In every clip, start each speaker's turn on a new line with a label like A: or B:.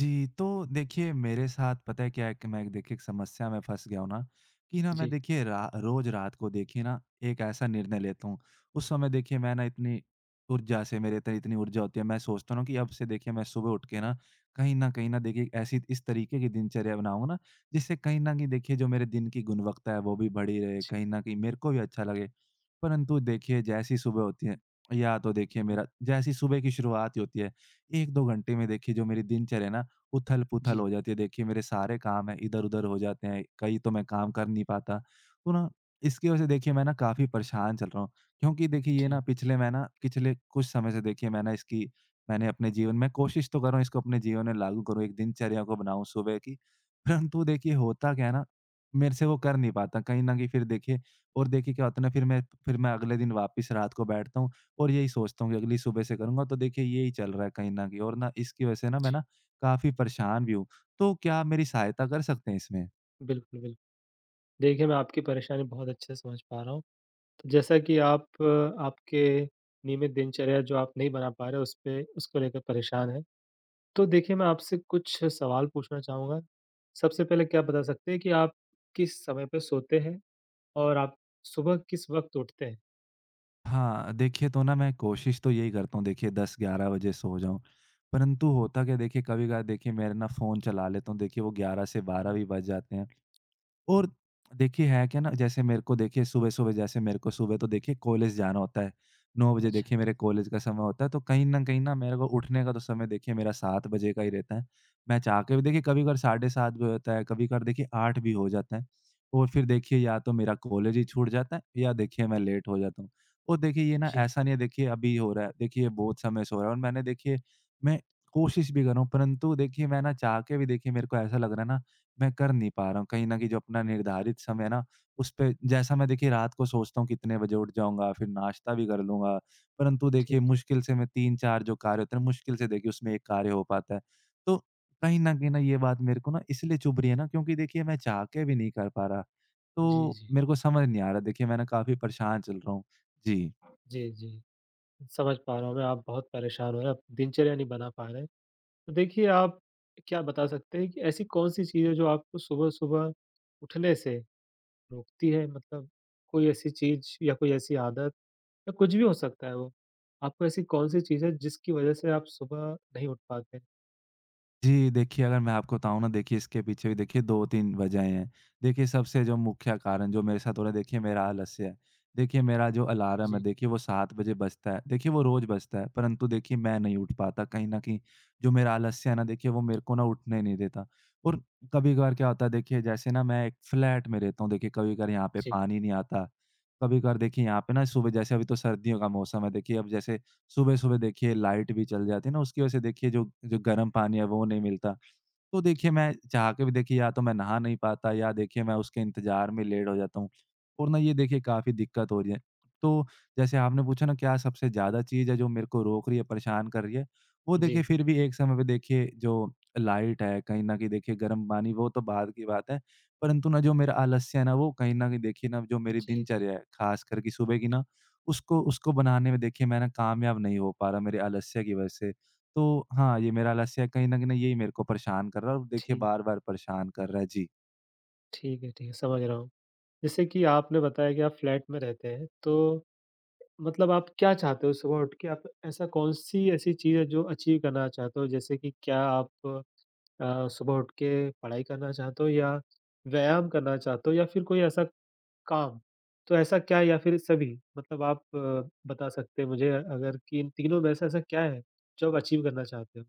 A: जी, तो देखिए मेरे साथ पता है क्या है कि मैं एक देखिए एक समस्या में फँस गया हूँ ना, कि ना मैं
B: जी,
A: देखिए रा रोज़ रात को देखिए ना एक ऐसा निर्णय लेता हूँ। उस समय देखिए मैं ना इतनी ऊर्जा से मेरे अंदर इतनी ऊर्जा होती है, मैं सोचता हूँ ना कि अब से देखिए मैं सुबह उठ के ना कहीं न देखिए ऐसी इस तरीके की दिनचर्या बनाऊँगा ना जिससे कहीं न कहीं देखिए जो मेरे दिन की गुणवत्ता है वो भी बढ़ी रहे, कहीं न कहीं मेरे को भी अच्छा लगे। परंतु देखिए जैसी सुबह होती है, या तो देखिए
B: हुँ,
A: मेरा जैसी सुबह की शुरुआत ही होती है, 1-2 घंटे में देखिए जो मेरी दिनचर्या है ना उथल-पुथल
B: जी,
A: हो जाती है। देखिए मेरे सारे काम हैं, इधर-उधर हो जाते हैं, कहीं तो मैं काम कर नहीं पाता। तो ना इसकी वजह से देखिए मैं ना काफ़ी परेशान चल रहा हूँ क्योंकि देखिए ये ना
B: जी,
A: पिछले मैं ना पिछले कुछ समय से देखिए मैं ना इसकी मैंने अपने जीवन में कोशिश तो कर रहा हूँ इसको अपने जीवन में लागू करूँ, एक दिनचर्या को बनाऊँ सुबह की। परंतु देखिए होता क्या है ना, मेरे से वो कर नहीं पाता कहीं न कहीं फिर देखिए और देखिए क्या होता है ना फिर मैं अगले दिन वापस रात को बैठता हूँ और यही सोचता हूँ कि अगली सुबह से करूँगा। तो देखिए यही चल रहा है कहीं न कहीं और ना इसकी वजह से ना मैं
B: जी।
A: ना काफ़ी परेशान भी हूँ। तो क्या आप मेरी सहायता कर सकते हैं इसमें?
B: बिल्कुल, बिल्कुल। देखिए, मैं आपकी परेशानी बहुत अच्छे से समझ पा रहा हूँ। तो जैसा कि आप आपके नियमित दिनचर्या जो आप नहीं बना पा रहे, उसपे उसको लेकर परेशान हैं। तो देखिए, मैं आपसे कुछ सवाल पूछना चाहूँगा। सबसे पहले क्या बता सकते हैं कि आप किस समय पे सोते हैं और आप सुबह किस वक़्त उठते हैं?
A: हाँ, देखिए तो ना मैं कोशिश तो यही करता हूँ देखिए 10-11 बजे सो जाऊँ। परंतु होता क्या है देखिए कभी-कभार देखिए मेरा ना फ़ोन चला लेता हूँ देखिए वो 11 से 12
B: हुँ,
A: भी बज जाते हैं। और देखिए है क्या ना जैसे मेरे को देखिए सुबह-सुबह जैसे मेरे को सुबह तो देखिए कॉलेज जाना होता है। 9 बजे
B: अच्छा,
A: देखिए मेरे कॉलेज का समय होता है तो कहीं न कहीं ना मेरे को उठने का तो समय देखिए मेरा 7 बजे का ही रहता है। मैं चाह के भी देखिए कभी-कभार 7:30 भी होता है, कभी-कभार देखिए 8 भी हो जाता है। और फिर देखिए या तो मेरा कॉलेज ही छूट जाता है या देखिए मैं लेट हो जाता हूँ। और देखिए ये ना
B: जी,
A: ऐसा नहीं है देखिए अभी हो रहा है, देखिए बहुत समय से हो रहा है और मैंने देखिए मैं कोशिश भी कर रहा हूँ परंतु देखिए मैं ना चाह के भी देखिए मेरे को ऐसा लग रहा है ना मैं कर नहीं पा रहा हूँ। कहीं न कहीं जो अपना निर्धारित समय है ना, उस पे जैसा मैं देखिए रात को सोचता हूँ कितने बजे उठ जाऊँगा, फिर नाश्ता भी कर लूँगा, परंतु देखिए
B: ठीक है।
A: मुश्किल से मैं 3-4 जो कार्य होते हैं ना, मुश्किल से देखिए उसमें एक कार्य हो पाता है। तो कहीं न कहीं ना ये बात मेरे को ना इसलिए चुभ रही है ना क्योंकि देखिए मैं चाह के भी नहीं कर पा रहा।
B: जी,
A: तो
B: जी।
A: मेरे को समझ नहीं आ रहा देखिए मैं ना काफ़ी परेशान चल रहा हूँ। जी।
B: जी, जी। समझ पा रहा हूँ मैं, आप बहुत परेशान हो रहे हैं, आप दिनचर्या नहीं बना पा रहे हैं। तो देखिए, आप क्या बता सकते हैं कि ऐसी कौन-सी चीज़ है जो आपको सुबह-सुबह उठने से रोकती है? मतलब कोई ऐसी चीज़ या कोई ऐसी आदत या कुछ भी हो सकता है वो। आपको ऐसी कौन-सी चीज़ है जिसकी वज़ह से आप सुबह नहीं उठ पाते?
A: जी, देखिए अगर मैं आपको बताऊँ ना देखिए इसके पीछे भी देखिए 2-3 वजहें हैं। देखिए सबसे जो मुख्य कारण जो मेरे साथ हो रहा है देखिए मेरा आलस्य है। देखिए मेरा जो अलार्म है
B: जी,
A: देखिए वो 7 बजे बजता है। देखिए वो रोज़ बजता है परंतु देखिए मैं नहीं उठ पाता कहीं न कहीं जो मेरा आलस्य है ना देखिए वो मेरे को ना उठने नहीं देता। और कभी-कभार क्या होता है देखिए जैसे ना मैं एक फ्लैट में रहता हूँ देखिए कभी-कभार यहाँ पे
B: जी,
A: पानी नहीं आता। कभी-कभार देखिए यहाँ पे ना सुबह जैसे अभी तो सर्दियों का मौसम है देखिए अब जैसे सुबह-सुबह देखिए लाइट भी चली जाती है ना, उसकी वजह से देखिए जो जो गर्म पानी है वो नहीं मिलता। तो देखिए मैं चाह के भी देखिए या तो मैं नहा नहीं पाता या देखिए मैं उसके इंतज़ार में लेट हो जाता हूँ और ना ये देखिए काफ़ी दिक्कत हो रही है। तो जैसे आपने पूछा ना क्या सबसे ज़्यादा चीज़ है जो मेरे को रोक रही है, परेशान कर रही है, वो देखिए
B: जी,
A: फिर भी एक समय पे देखिए जो लाइट है, कहीं न कहीं देखिए गर्म पानी वो तो बाद की बात है। परंतु ना जो मेरा आलस्य है ना वो कहीं न कहीं देखिए ना जो मेरी
B: जी, जी।
A: दिनचर्या है, ख़ासकर कि सुबह की ना उसको उसको बनाने में देखिए मैं ना कामयाब नहीं हो पा रहा मेरे आलस्य की वज़ह से। तो हाँ, ये मेरा आलस्य कहीं न कहीं ना यही मेरे को परेशान कर रहा है और देखिए
B: ठीक
A: बार-बार परेशान कर रहा है। जी।
B: ठीक है, समझ रहा हूँ। जैसे कि आपने बताया कि आप फ्लैट में रहते हैं, तो मतलब आप क्या चाहते हो सुबह उठ के? आप ऐसा कौन-सी ऐसी चीज़ है जो अचीव करना चाहते हो? जैसे कि क्या आप सुबह उठ के पढ़ाई करना चाहते हो या व्यायाम करना चाहते हो या फिर कोई ऐसा काम? तो ऐसा क्या है? या फिर सभी? मतलब आप बता सकते हैं मुझे अगर कि इन तीनों में से ऐसा क्या है जो आप अचीव करना चाहते हो?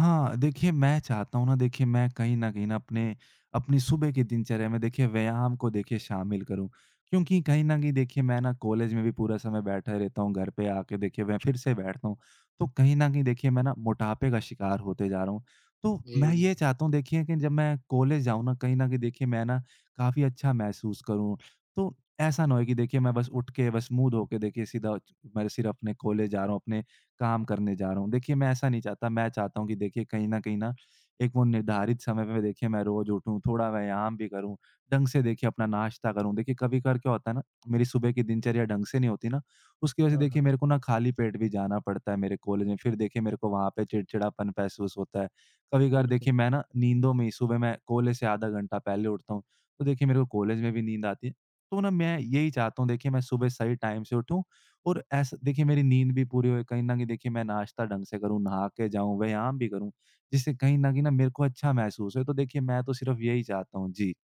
A: हाँ, देखिए मैं चाहता हूँ ना देखिए मैं कहीं न अपने अपनी सुबह की दिनचर्या में देखिए व्यायाम को देखिए शामिल करूँ। क्योंकि कहीं न कहीं देखिए मैं ना कॉलेज में भी पूरा समय बैठा रहता हूँ, घर पे आके देखिए मैं फिर से बैठता हूँ। तो कहीं न कहीं देखिए मैं ना मोटापे का शिकार होते जा रहा हूँ। तो
B: जी,
A: मैं
B: जी।
A: ये चाहता हूँ देखिए कि जब मैं कॉलेज जाऊँ ना कहीं न कहीं देखिए मैं ना काफ़ी अच्छा महसूस करूँ। तो ऐसा ना हो कि देखिए मैं बस उठ के बस मुँह धो के देखिए सीधा मैं सिर्फ़ अपने कॉलेज जा रहा हूँ, अपने काम करने जा रहा हूँ। देखिए, मैं ऐसा नहीं चाहता, मैं चाहता हूँ कि देखिए कहीं न कहीं ना एक वो निर्धारित समय पे देखिए मैं रोज़ उठूँ, थोड़ा व्यायाम भी करूँ, ढंग से देखिए अपना नाश्ता करूँ। देखिए, कभी-कभार क्या होता है ना, मेरी सुबह की दिनचर्या ढंग से नहीं होती ना, उसकी वज़ह से
B: हाँ,
A: देखिए
B: हाँ।
A: मेरे को ना खाली पेट भी जाना पड़ता है मेरे कॉलेज में। फिर देखिए मेरे को वहाँ पे चिड़चिड़ापन महसूस होता है। कभी-कभार देखिए
B: बिल्कुल,
A: मैं ना नींदों में ही सुबह मैं कॉलेज से आधा घंटा पहले उठता हूँ, तो देखिए मेरे को कॉलेज में भी नींद आती है। तो ना मैं यही चाहता हूँ देखिए मैं सुबह सही टाइम से उठूँ और ऐसा देखिए मेरी नींद भी पूरी होए, कहीं न कहीं देखिए मैं नाश्ता ढंग से करूँ, नहा के जाऊँ, व्यायाम भी करूँ, जिससे कहीं न कहीं ना मेरे को अच्छा महसूस हो। तो देखिए मैं तो सिर्फ़ यही चाहता हूँ। जी।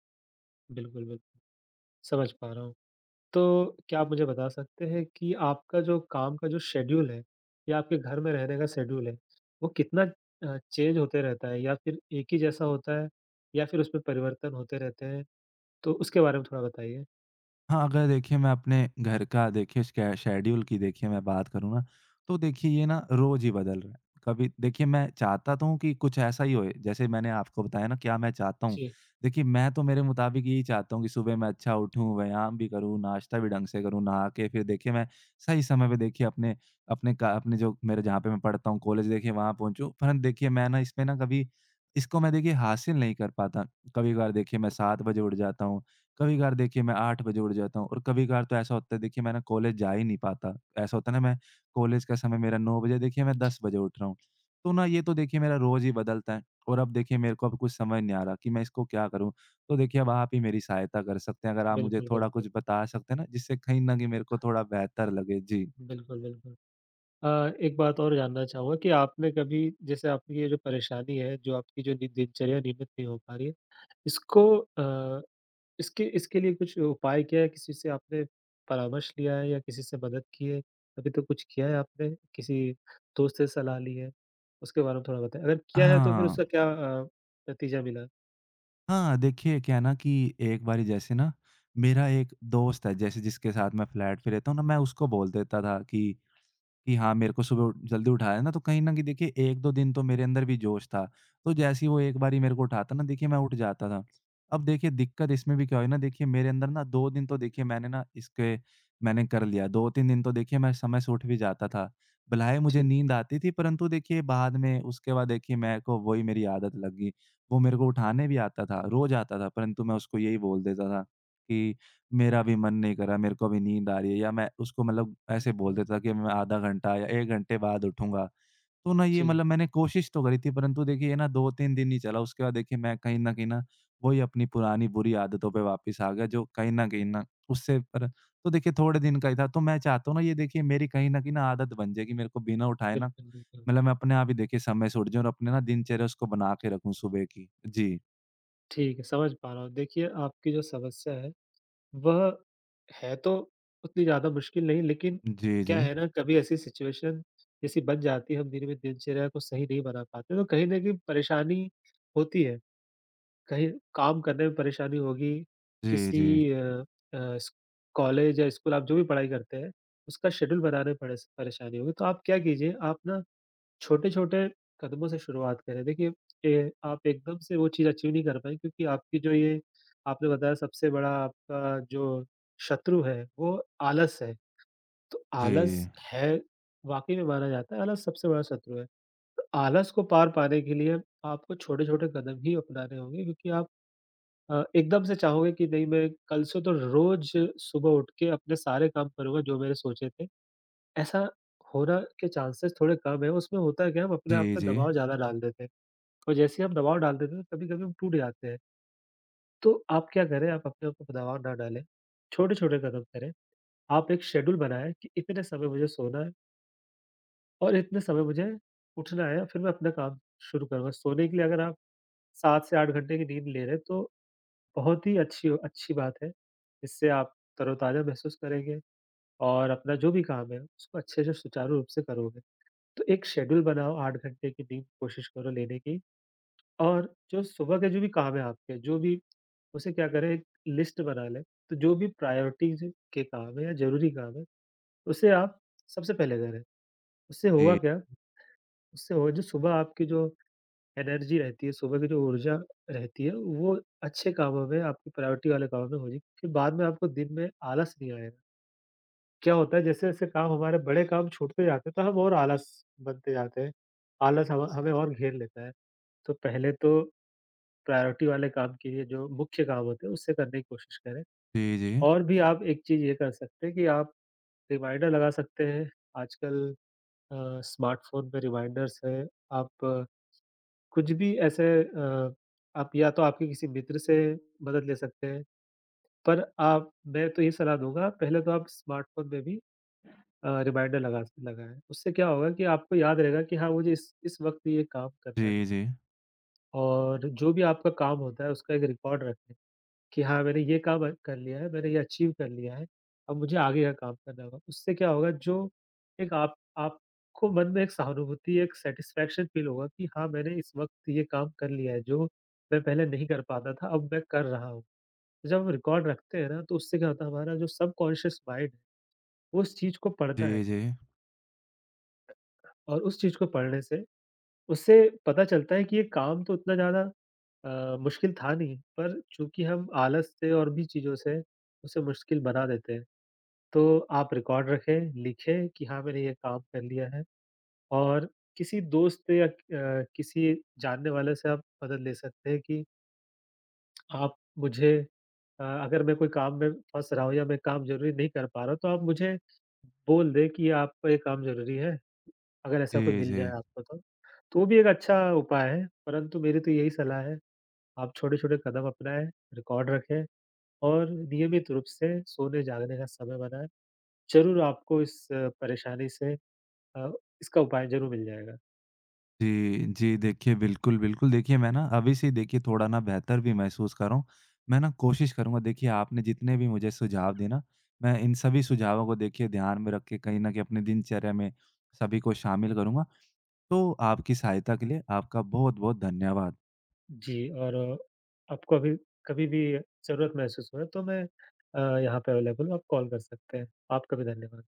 B: बिल्कुल, बिल्कुल। समझ पा रहा हूँ। तो क्या आप मुझे बता सकते हैं कि आपका जो काम का जो शेड्यूल है या आपके घर में रहने का शेड्यूल है, वो कितना चेंज होते रहता है या फिर एक ही जैसा होता है या फिर उसमें परिवर्तन होते रहते हैं? तो उसके बारे में थोड़ा बताइए?
A: हाँ, अगर देखिए मैं अपने घर का देखिए स्के शेड्यूल की देखिए मैं बात करूँ ना, तो देखिए ये ना रोज़ ही बदल रहा है। कभी देखिए मैं चाहता तो हूँ कि कुछ ऐसा ही होए, जैसे मैंने आपको बताया ना क्या मैं चाहता हूँ।
B: जी,
A: देखिए मैं तो मेरे मुताबिक यही चाहता हूँ कि सुबह मैं अच्छा उठूँ, व्यायाम भी करूँ, नाश्ता भी ढंग से करूँ, नहा के फिर देखिए मैं सही समय पे देखिए अपने अपने का अपने जो मेरे जहाँ पे मैं पढ़ता हूँ कॉलेज देखिए वहाँ पहुँचूँ। परंतु देखिए मैं ना इसमें ना कभी इसको मैं देखिए हासिल नहीं कर पाता। कभी-कभार देखिए मैं 7 बजे उठ जाता हूँ, कभी-कभार देखिए मैं 8 बजे उठ जाता हूँ और कभी-कभार तो ऐसा होता है देखिए मैं ना कॉलेज जा ही नहीं पाता। ऐसा होता है ना मैं कॉलेज का समय मेरा 9 बजे देखिए मैं
B: जी।
A: 10 बजे उठ रहा हूँ। तो ना ये तो देखिए मेरा रोज़ ही बदलता है और अब देखिए मेरे को अब कुछ समझ नहीं आ रहा कि मैं इसको क्या करूँ? तो देखिए अब आप ही मेरी सहायता कर सकते हैं। अगर आप मुझे
B: बिल्कुल,
A: थोड़ा
B: बिल्कुल।
A: कुछ बता सकते हैं ना जिससे कहीं न कहीं मेरे को थोड़ा बेहतर लगे? जी।
B: बिल्कुल, बिल्कुल। अ, एक बात और जानना चाहूँगा कि आपने कभी जैसे आपकी ये जो परेशानी है, जो आपकी जो दि दिनचर्या नियमित नहीं हो पा रही है, इसको अ, इसके इसके लिए कुछ उपाय किया है? किसी से आपने परामर्श लिया है या किसी से मदद की है? अभी तो कुछ किया है आपने? किसी दोस्त से सलाह ली है? उसके बारे में थोड़ा बताएँ। अगर किया है तो फिर
A: हाँ।
B: उसका क्या नतीजा मिला?
A: हाँ, देखिए क्या है ना कि एक बारी जैसे ना मेरा एक दोस्त है जैसे जिसके साथ मैं फ्लैट पे रहता हूँ ना मैं उसको बोल देता था कि हाँ, मेरे को सुबह उठ जल्दी उठाया ना, तो कहीं न कहीं देखिए 1-2 दिन तो मेरे अंदर भी जोश था। तो जैसे ही वो एक बारी मेरे को उठाता ना, देखिए मैं उठ जाता था। अब देखिए दिक्कत इसमें भी क्या हुई ना, देखिए मेरे अंदर ना 2 दिन तो देखिए मैंने ना इसके मैंने कर लिया। 2-3 दिन तो देखिए मैं समय से उठ भी जाता था। भले ही मुझे
B: ठीक है।
A: नींद आती थी, परंतु देखिए बाद में उसके बाद देखिए मेरे को वही मेरी आदत लग गई। वो मेरे को उठाने भी आता था, रोज़ आता था, परंतु मैं उसको यही बोल देता था कि मेरा भी मन नहीं कर रहा, मेरे को अभी नींद आ रही है या मैं उसको मतलब
B: हाँ,
A: ऐसे बोल
B: हाँ।
A: देता कि मैं आधा घंटा या 1 घंटे बाद उठूँगा। तो ना ये
B: जी,
A: मतलब मैंने कोशिश तो करी थी परंतु देखिए ये ना 2-3 दिन ही चला। उसके बाद देखिए मैं कहीं न कहीं ना वही अपनी पुरानी बुरी आदतों पे वापस आ गया जो कहीं न कहीं ना उससे पर तो देखिए थोड़े दिन का ही था। तो मैं चाहता हूँ ना ये देखिए मेरी कहीं न कहीं ना आदत बन जाए कि मेरे को बिना उठाए ना
B: बिल्कुल, बिल्कुल।
A: मतलब मैं अपने आप ही देखिए समय से उठ जाऊँ और अपने ना दिनचर्या उसको बना के रखूँ सुबह की। जी।
B: ठीक है, समझ पा रहा हूँ। देखिए, आपकी जो समस्या है, वह है तो उतनी ज़्यादा मुश्किल नहीं, लेकिन
A: जी,
B: क्या
A: जी।
B: है ना, कभी ऐसी सिचुएशन जैसी बन जाती है, हम धीरे-धीरे दिनचर्या को सही नहीं बना पाते, तो कहीं न कहीं परेशानी होती है। कहीं काम करने में परेशानी होगी,
A: जी, जी।
B: किसी अ अ, स कॉलेज या स्कूल, आप जो भी पढ़ाई करते हैं, उसका शेड्यूल बनाने में परेस परेशानी होगी। तो आप क्या कीजिए, आप ना छोटे-छोटे कदमों से शुरुआत करें। देखिए, ए आप एकदम से वो चीज़ अचीव नहीं कर पाएँगे क्योंकि आपकी जो ये आपने बताया सबसे बड़ा आपका जो शत्रु है, वो आलस है। तो
A: जी।
B: आलस है, वाक़ई में माना जाता है आलस सबसे बड़ा शत्रु है। तो आलस को पार पाने के लिए आपको छोटे-छोटे कदम ही अपनाने होंगे क्योंकि आप एकदम से चाहोगे कि नहीं मैं कल से तो रोज़ सुबह उठ के अपने सारे काम करूँगा जो मैंने सोचे थे। ऐसा होना के चांसेस थोड़े कम है, उसमें होता क्या है क्या, हम अपने
A: जी,
B: आप पे
A: जी।
B: दबाव ज़्यादा डाल देते हैं और जैसे ही हम दबाव डाल देते हैं तो कभी-कभी हम टूट जाते हैं। तो आप क्या करें आप अपने ऊपर दबाव ना डालें, छोटे-छोटे कदम करें। आप एक शेड्यूल बनाएँ कि इतने समय मुझे सोना है और इतने समय मुझे उठना है फिर मैं अपना काम शुरू करूँगा। सोने के लिए अगर आप 7 से 8 घंटे की नींद ले रहे हैं तो बहुत ही अच्छी अच्छी बात है। इससे आप तरोताज़ा महसूस करेंगे और अपना जो भी काम है उसको अच्छे से सुचारू रूप से करोगे। तो एक शेड्यूल बनाओ 8 घंटे की नींद कोशिश करो लेने की और जो सुबह के जो भी काम है आपके, जो भी उसे क्या करें एक लिस्ट बना लें, तो जो भी प्रायोरिटीज़ के काम है या ज़रूरी काम है, उसे आप सबसे पहले करें। उससे होगा
A: जी।
B: क्या? उससे होगा जो सुबह आपकी जो एनर्जी रहती है, सुबह की जो ऊर्जा रहती है, वो अच्छे कामों में, आपकी प्रायोरिटी वाले कामों में होगी, फिर बाद में आपको दिन में आलस नहीं आएगा। क्या होता है जैसे-जैसे काम हमारे बड़े काम छूटते जाते हैं, तो हम और आलस बनते जाते हैं। आलस हम हमें और घेर लेता है। तो पहले तो प्रायोरिटी वाले काम कीजिए, जो मुख्य काम होते हैं, उससे करने की कोशिश करें।
A: जी, जी।
B: और भी आप एक चीज़ ये कर सकते हैं कि आप रिमाइंडर लगा सकते हैं। आजकल स्मार्टफ़ोन में रिमाइंडर्स हैं। आप कुछ भी ऐसे आप या तो आपके किसी मित्र से मदद ले सकते हैं, पर आप मैं तो ये सलाह दूँगा, पहले तो आप स्मार्टफ़ोन में भी रिमाइंडर लगाएँ। उससे क्या होगा कि आपको याद रहेगा कि हाँ, मुझे इस वक़्त ये काम करना है
A: जी, जी।
B: और जो भी आपका काम होता है, उसका एक रिकॉर्ड रखें। कि हाँ, मैंने ये काम कर लिया है, मैंने ये अचीव कर लिया है, अब मुझे आगे का काम करना होगा। उससे क्या होगा जो एक आप आपको मन में एक सहानुभूति, एक सैटिस्फैक्शन फील होगा कि हाँ, मैंने इस वक़्त ये काम कर लिया है, जो मैं पहले नहीं कर पाता था, अब मैं कर रहा हूँ। जब हम रिकॉर्ड रखते हैं ना, तो उससे क्या होता है, हमारा जो सबकॉन्शियस माइंड है, वो उस चीज़ को
A: जी,
B: पढ़ता है
A: जी।
B: और उस चीज़ को पढ़ने से उससे पता चलता है कि ये काम तो उतना ज़्यादा मुश्किल था नहीं, पर चूँकि हम आलस से और भी चीज़ों से उसे मुश्किल बना देते हैं। तो आप रिकॉर्ड रखें, लिखें कि हाँ, मैंने ये काम कर लिया है और किसी दोस्त या किसी जानने वाले से आप मदद ले सकते हैं कि आप मुझे अगर मैं कोई काम में फँस रहा हूँ या मैं काम ज़रूरी नहीं कर पा रहा हूँ, तो आप मुझे बोल दें कि आपको ये काम ज़रूरी है, अगर ऐसा कोई
A: जी,
B: मिल जाए
A: जी।
B: आपको तो। तो वो भी एक अच्छा उपाय है, परंतु मेरी तो यही सलाह है, आप छोटे-छोटे कदम अपनाएँ, रिकॉर्ड रखें और नियमित रूप से सोने-जागने का समय बनाएँ। ज़रूर आपको इस परेशानी से अ, इसका उपाय ज़रूर मिल जाएगा।
A: जी, जी, देखिए बिल्कुल, बिल्कुल देखिए मैं ना अभी से देखिए थोड़ा ना बेहतर भी महसूस कर रहा हूँ। मैं ना कोशिश करूँगा देखिए आपने जितने भी मुझे सुझाव दिए ना, मैं इन सभी सुझावों को देखिए ध्यान में रख के कहीं न कहीं अपनी दिनचर्या में सभी को शामिल करूँगा। तो आपकी सहायता के लिए आपका बहुत-बहुत धन्यवाद।
B: जी, और आपको अभी कभी भी ज़रूरत महसूस हो तो मैं यहाँ पे अवेलेबल हूँ, आप कॉल कर सकते हैं। आपका भी धन्यवाद।